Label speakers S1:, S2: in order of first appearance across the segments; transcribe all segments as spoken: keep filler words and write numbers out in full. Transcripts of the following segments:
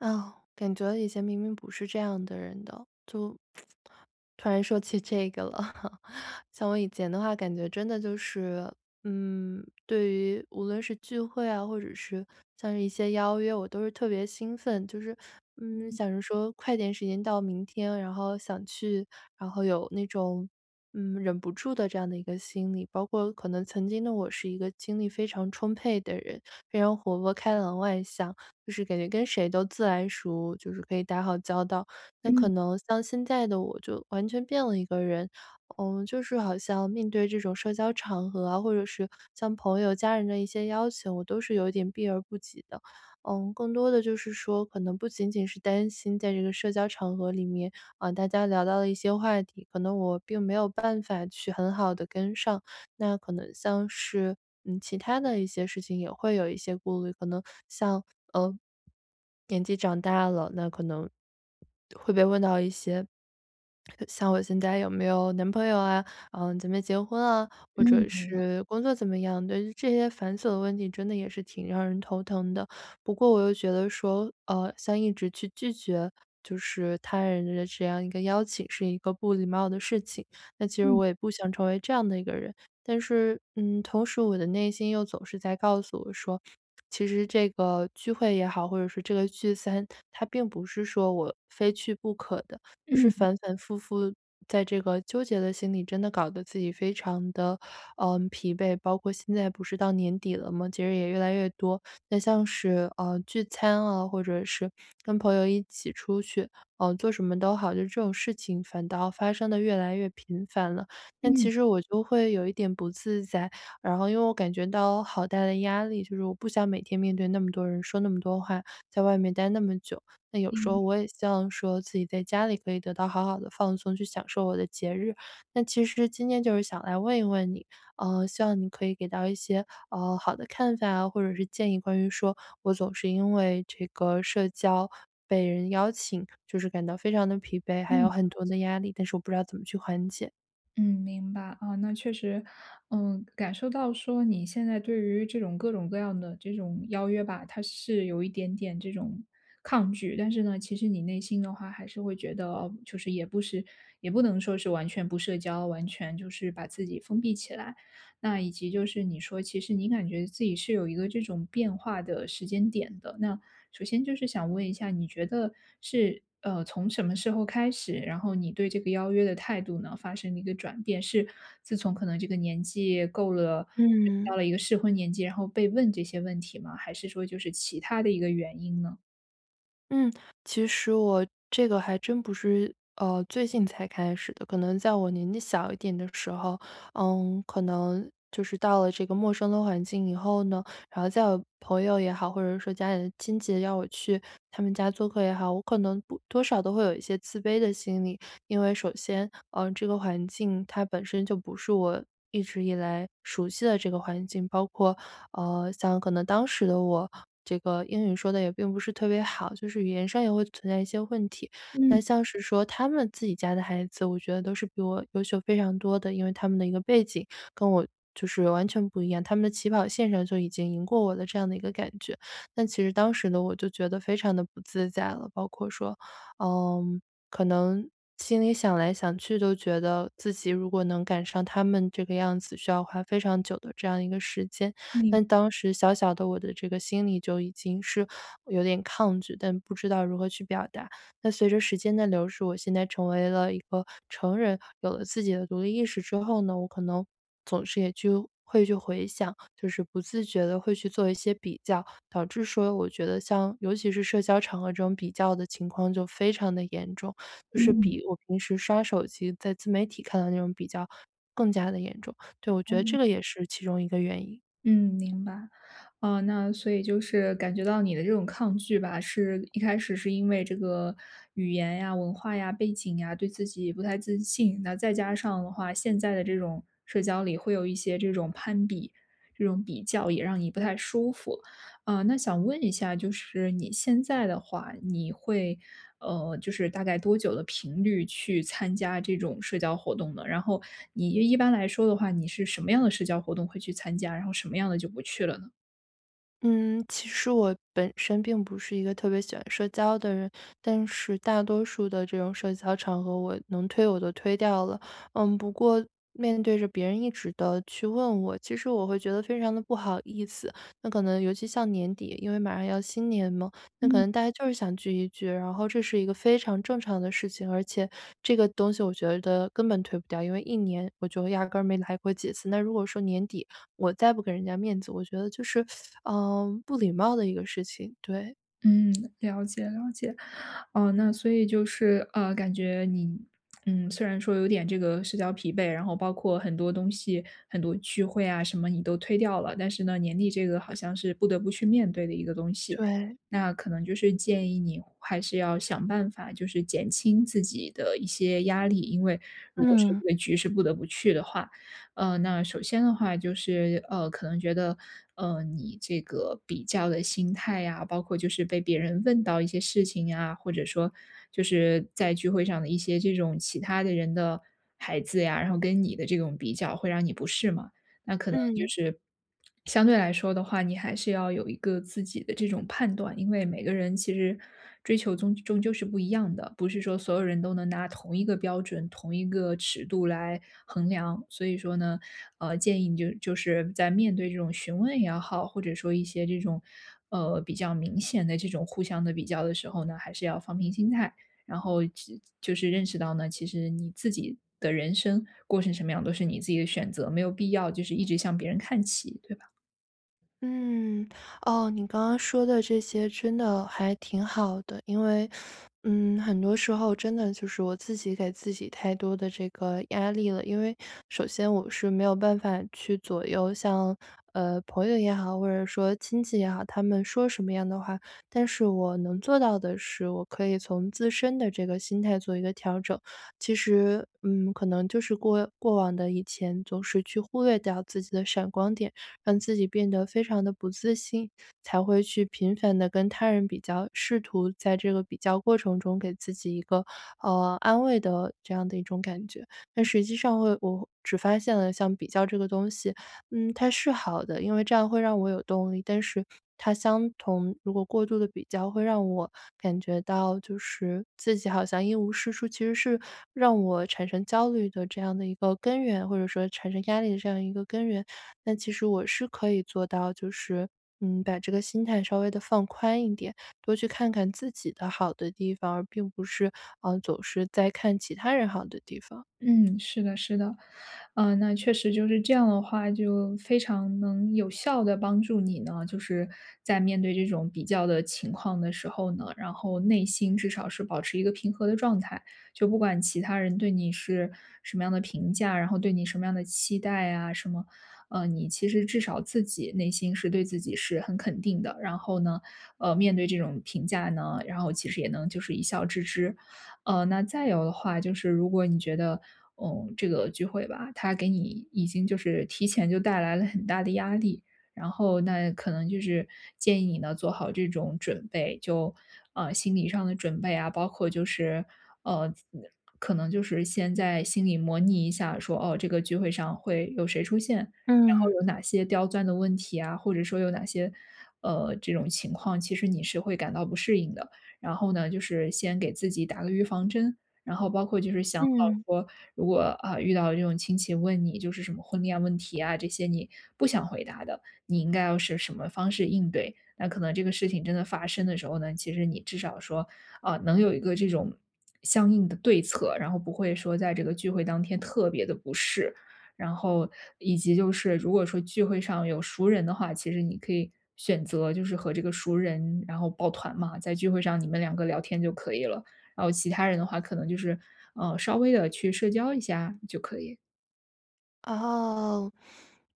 S1: 哦，感觉以前明明不是这样的人的，就突然说起这个了，像我以前的话，感觉真的就是，嗯，对于无论是聚会啊，或者是像是一些邀约，我都是特别兴奋，就是，嗯，
S2: 嗯
S1: 想着说快点时间到明天，然后想去，然后有那种，嗯，忍不住的这样的一个心理。包括可能曾经的我是一个精力非常充沛的人，非常活泼、开朗、外向，就是感觉跟谁都自来熟，就是可以打好交道。那可
S2: 嗯
S1: 能像现在的我就完全变了一个人，嗯，就是好像面对这种社交场合啊，或者是像朋友、家人的一些邀请，我都是有一点避而不及的。嗯，更多的就是说，可能不仅仅是担心在这个社交场合里面啊，大家聊到了一些话题，可能我并没有办法去很好的跟上，那可能像是，嗯，其他的一些事情也会有一些顾虑，可能像，呃，年纪长大了，那可能会被问到一些，像我现在有没有男朋友啊，嗯，准备结婚啊，或
S2: 嗯，
S1: 者
S2: 明白，
S1: 是工作怎么样，对于这些繁琐的问题，真的也是挺让人头疼的。不过我又觉得说，呃，像一直去拒绝。就是他人的这样一个邀请是一个不礼貌的事情，那其实
S2: 嗯
S1: 我也不想成为这样的一个人。但是，嗯，同时我的内心又总是在告诉我说，其实这个聚会也好，或者说这个聚餐，它并不是说我非去不可的，就是
S2: 嗯
S1: 反反复复在这个纠结的心里，真的搞得自己非常的，嗯，疲惫。包括现在不是到年底了吗？节日也越来越多，那像是呃聚餐啊，或者是跟朋友一起出去，嗯、呃，做什么都好，就这种事情反倒发生的越来越频繁了。那
S2: 嗯，
S1: 其实我就会有一点不自在，然后因为我感觉到好大的压力，就是我不想每天面对那么多人说那么多话，在外面待那么久。那有
S2: 明
S1: 时
S2: 白
S1: 候我也希望说自己在家里可以得到好好的放松，去享受我的节日。那其实今天就是想来问一问你，呃，希望你可以给到一些呃好的看法啊，或者是建议，关于说我总是因为这个社交被人邀请，就是感到非常的疲惫，还有
S2: 嗯
S1: 很多的压力，但是我不知道怎么去缓解。
S2: 嗯，明白啊，那确实，嗯，感受到说你现在对于这种各种各样的这种邀约吧，它是有一点点这种抗拒，但是呢，其实你内心的话还是会觉得，哦就是也不是，也不能说是完全不社交，完全就是把自己封闭起来。那以及就是你说，其实你感觉自己是有一个这种变化的时间点的，那首先就是想问一下，你觉得是呃从什么时候开始，然后你对这个邀约的态度呢发生了一个转变？是自从可能这个年纪够了，就是到
S1: 嗯，
S2: 了一个适婚年纪，然后被问这些问题吗？还是说就是其他的一个原因呢？
S1: 嗯，其实我这个还真不是，呃，最近才开始的，可能在我年纪小一点的时候，嗯，可能就是到了这个陌生的环境以后呢，然后再有朋友也好，或者说家里的亲戚要我去他们家做客也好，我可能不多少都会有一些自卑的心理，因为首先，嗯，这个环境它本身就不是我。一直以来熟悉的这个环境，包括呃，像可能当时的我，这个英语说的也并不是特别好，就是语言上也会存在一些问题。
S2: 嗯
S1: 那像是说他们自己家的孩子，我觉得都是比我优秀非常多的，因为他们的一个背景跟我就是完全不一样，他们的起跑线上就已经赢过我的这样的一个感觉。但其实当时的我就觉得非常的不自在了，包括说，嗯，可能心里想来想去都觉得自己如果能赶上他们这个样子，需要花非常久的这样一个时间。那
S2: 嗯
S1: 当时小小的我的这个心里就已经是有点抗拒，但不知道如何去表达。那随着时间的流逝，我现在成为了一个成人，有了自己的独立意识之后呢，我可能总是也就会去回想，就是不自觉的会去做一些比较，导致说我觉得像尤其是社交场合这种比较的情况就非常的严重，就是
S2: 嗯。
S1: 比我平时刷手机在自媒体看到那种比较更加的严重。对，我觉得
S2: 嗯。
S1: 这个也是其中一个原因。
S2: 嗯，明白。哦，那所以就是感觉到你的这种抗拒吧，是一开始是因为这个语言呀、文化呀、背景呀，对自己不太自信。那再加上的话，现在的这种社交里会有一些这种攀比、这种比较，也让你不太舒服。啊，那想问一下，就是你现在的话，你会，呃，就是大概多久的频率去参加这种社交活动呢？然后你一般来说的话，你是什么样的社交活动会去参加，然后什么样的就不去了呢？
S1: 嗯，其实我本身并不是一个特别喜欢社交的人，但是大多数的这种社交场合，我能推我都推掉了。嗯，不过面对着别人一直的去问我，其实我会觉得非常的不好意思。那可能尤其像年底，因为马上要新年嘛，那可能大家就是想聚一聚，然后这是一个非常正常的事情，而且这个东西我觉得根本推不掉，因为一年我就压根儿没来过几次。那如果说年底我再不给人家面子，我觉得就是嗯，不礼貌的一个事情，对，
S2: 嗯，了解了解。哦，那所以就是，呃，感觉你，嗯，虽然说有点这个社交疲惫，然后包括很多东西、很多聚会啊什么你都推掉了，但是呢，年底这个好像是不得不去面对的一个东西。
S1: 对，
S2: 那可能就是建议你还是要想办法，就是减轻自己的一些压力，因为如果说
S1: 嗯，
S2: 这个局是不得不去的话，呃，那首先的话就是，呃，可能觉得呃，你这个比较的心态呀，包括就是被别人问到一些事情呀，或者说就是在聚会上的一些这种其他的人的孩子呀，然后跟你的这种比较，会让你不适吗？那可能就
S1: 嗯。
S2: 是相对来说的话，你还是要有一个自己的这种判断，因为每个人其实追求终终究是不一样的，不是说所有人都能拿同一个标准、同一个尺度来衡量。所以说呢，呃，建议你就就是在面对这种询问也好，或者说一些这种呃比较明显的这种互相的比较的时候呢，还是要放平心态。然后其就是认识到呢，其实你自己的人生过成什么样都是你自己的选择，没有必要就是一直向别人看齐，对吧？
S1: 嗯，哦，你刚刚说的这些真的还挺好的，因为，嗯，很多时候真的就是我自己给自己太多的这个压力了。因为首先我是没有办法去左右像，呃，朋友也好，或者说亲戚也好，他们说什么样的话，但是我能做到的是，我可以从自身的这个心态做一个调整。其实，嗯，可能就是过过往的以前总是去忽略掉自己的闪光点。让自己变得非常的不自信，才会去频繁的跟他人比较，试图在这个比较过程中给自己一个呃安慰的这样的一种感觉。但实际上会，我只发现了像比较这个东西，嗯，它是好的，因为这样会让我有动力。但是它相同如果过度的比较，会让我感觉到就是自己好像一无是处，其实是让我产生焦虑的这样的一个根源，或者说产生压力的这样一个根源。那其实我是可以做到，就是嗯，把这个心态稍微的放宽一点，多去看看自己的好的地方，而并不是嗯总是在看其他人好的地方。
S2: 嗯，是的，是的，呃，那确实就是这样的话，就非常能有效的帮助你呢，就是在面对这种比较的情况的时候呢，然后内心至少是保持一个平和的状态，就不管其他人对你是什么样的评价，然后对你什么样的期待啊，什么，呃，你其实至少自己内心是对自己是很肯定的，然后呢，呃，面对这种评价呢，然后其实也能就是一笑置之，呃，那再有的话就是如果你觉得，嗯，这个聚会吧，它给你已经就是提前就带来了很大的压力，然后那可能就是建议你呢做好这种准备，就呃心理上的准备啊，包括就是呃，可能就是先在心里模拟一下说，哦，这个聚会上会有谁出现，然后
S1: 嗯
S2: 有哪些刁钻的问题啊，或者说有哪些呃这种情况，其实你是会感到不适应的。然后呢，就是先给自己打个预防针，然后包括就是想好
S1: 嗯，
S2: 说，如果啊、遇到这种亲戚问你就是什么婚恋问题啊这些你不想回答的，你应该要是什么方式应对？那可能这个事情真的发生的时候呢，其实你至少说啊、能有一个这种相应的对策，然后不会说在这个聚会当天特别的不适。然后以及就是如果说聚会上有熟人的话，其实你可以选择就是和这个熟人，然后抱团嘛，在聚会上你们两个聊天就可以了。然后其他人的话，可能就是，呃，稍微的去社交一下就可以。
S1: 哦，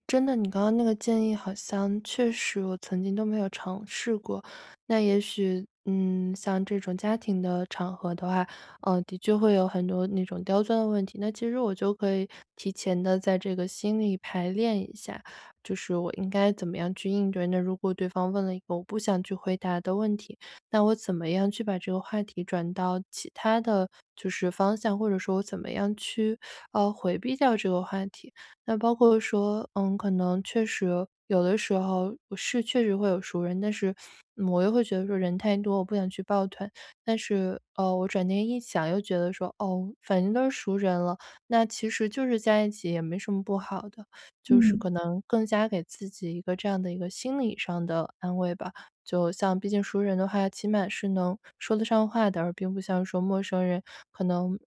S1: 真的，你刚刚那个建议好像确实我曾经都没有尝试过。那也许，嗯，像这种家庭的场合的话，呃，的确会有很多那种刁钻的问题。那其实我就可以提前的在这个心里排练一下，就是我应该怎么样去应对。那如果对方问了一个我不想去回答的问题，那我怎么样去把这个话题转到其他的就是方向，或者说我怎么样去呃回避掉这个话题？那包括说，嗯，可能确实有的时候我是确实会有熟人，但是嗯我又会觉得说人太多，我不想去抱团。但是呃，我转念一想，又觉得说，哦，反正都是熟人了，那其实就是在一起也没什么不好的，就是
S2: 嗯。
S1: 可能更加给自己一个这样的一个心理上的安慰吧。就像毕竟熟人的话，起码是能说得上话的，而并不像说陌生人，可能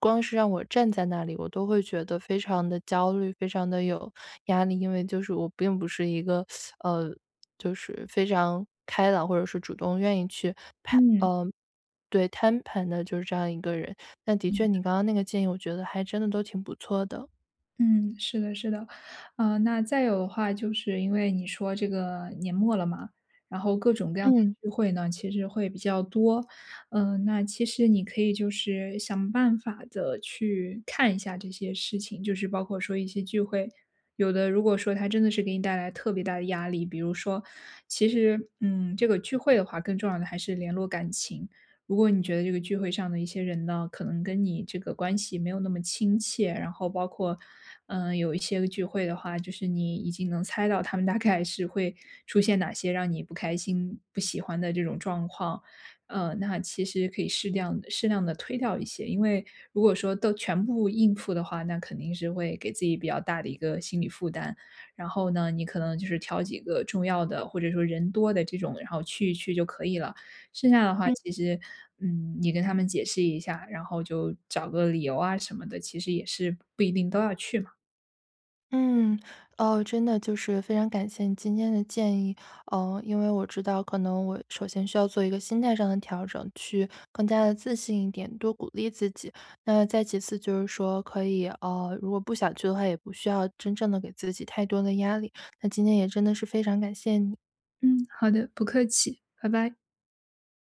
S1: 光是让我站在那里，我都会觉得非常的焦虑，非常的有压力。因为就是我并不是一个，呃，就是非常开朗，或者是主动愿意去拍，
S2: 嗯，
S1: 呃，对，摊盘的就是这样一个人。那的确
S2: 嗯。
S1: 你刚刚那个建议，我觉得还真的都挺不错的。
S2: 嗯，是的，是的，呃，那再有的话，就是因为你说这个年末了嘛，然后各种各样的
S1: 嗯，嗯。
S2: 聚会呢，其实会比较多，嗯、那其实你可以就是想办法的去看一下这些事情，就是包括说一些聚会，有的如果说它真的是给你带来特别大的压力，比如说，其实嗯，这个聚会的话，更重要的还是联络感情，如果你觉得这个聚会上的一些人呢，可能跟你这个关系没有那么亲切，然后包括，嗯、有一些聚会的话，就是你已经能猜到他们大概是会出现哪些让你不开心、不喜欢的这种状况，呃，那其实可以适量适量的推掉一些，因为如果说都全部应付的话，那肯定是会给自己比较大的一个心理负担。然后呢，你可能就是挑几个重要的，或者说人多的这种，然后去一去就可以了。剩下的话，其实，嗯，你跟他们解释一下，然后就找个理由啊什么的，其实也是不一定都要去嘛。
S1: 嗯，哦，真的就是非常感谢你今天的建议，呃，因为我知道可能我首先需要做一个心态上的调整，去更加的自信一点，多鼓励自己。那再其次就是说可以，呃，如果不想去的话，也不需要真正的给自己太多的压力。那今天也真的是非常感谢你。
S2: 嗯，好的，不客气，拜拜。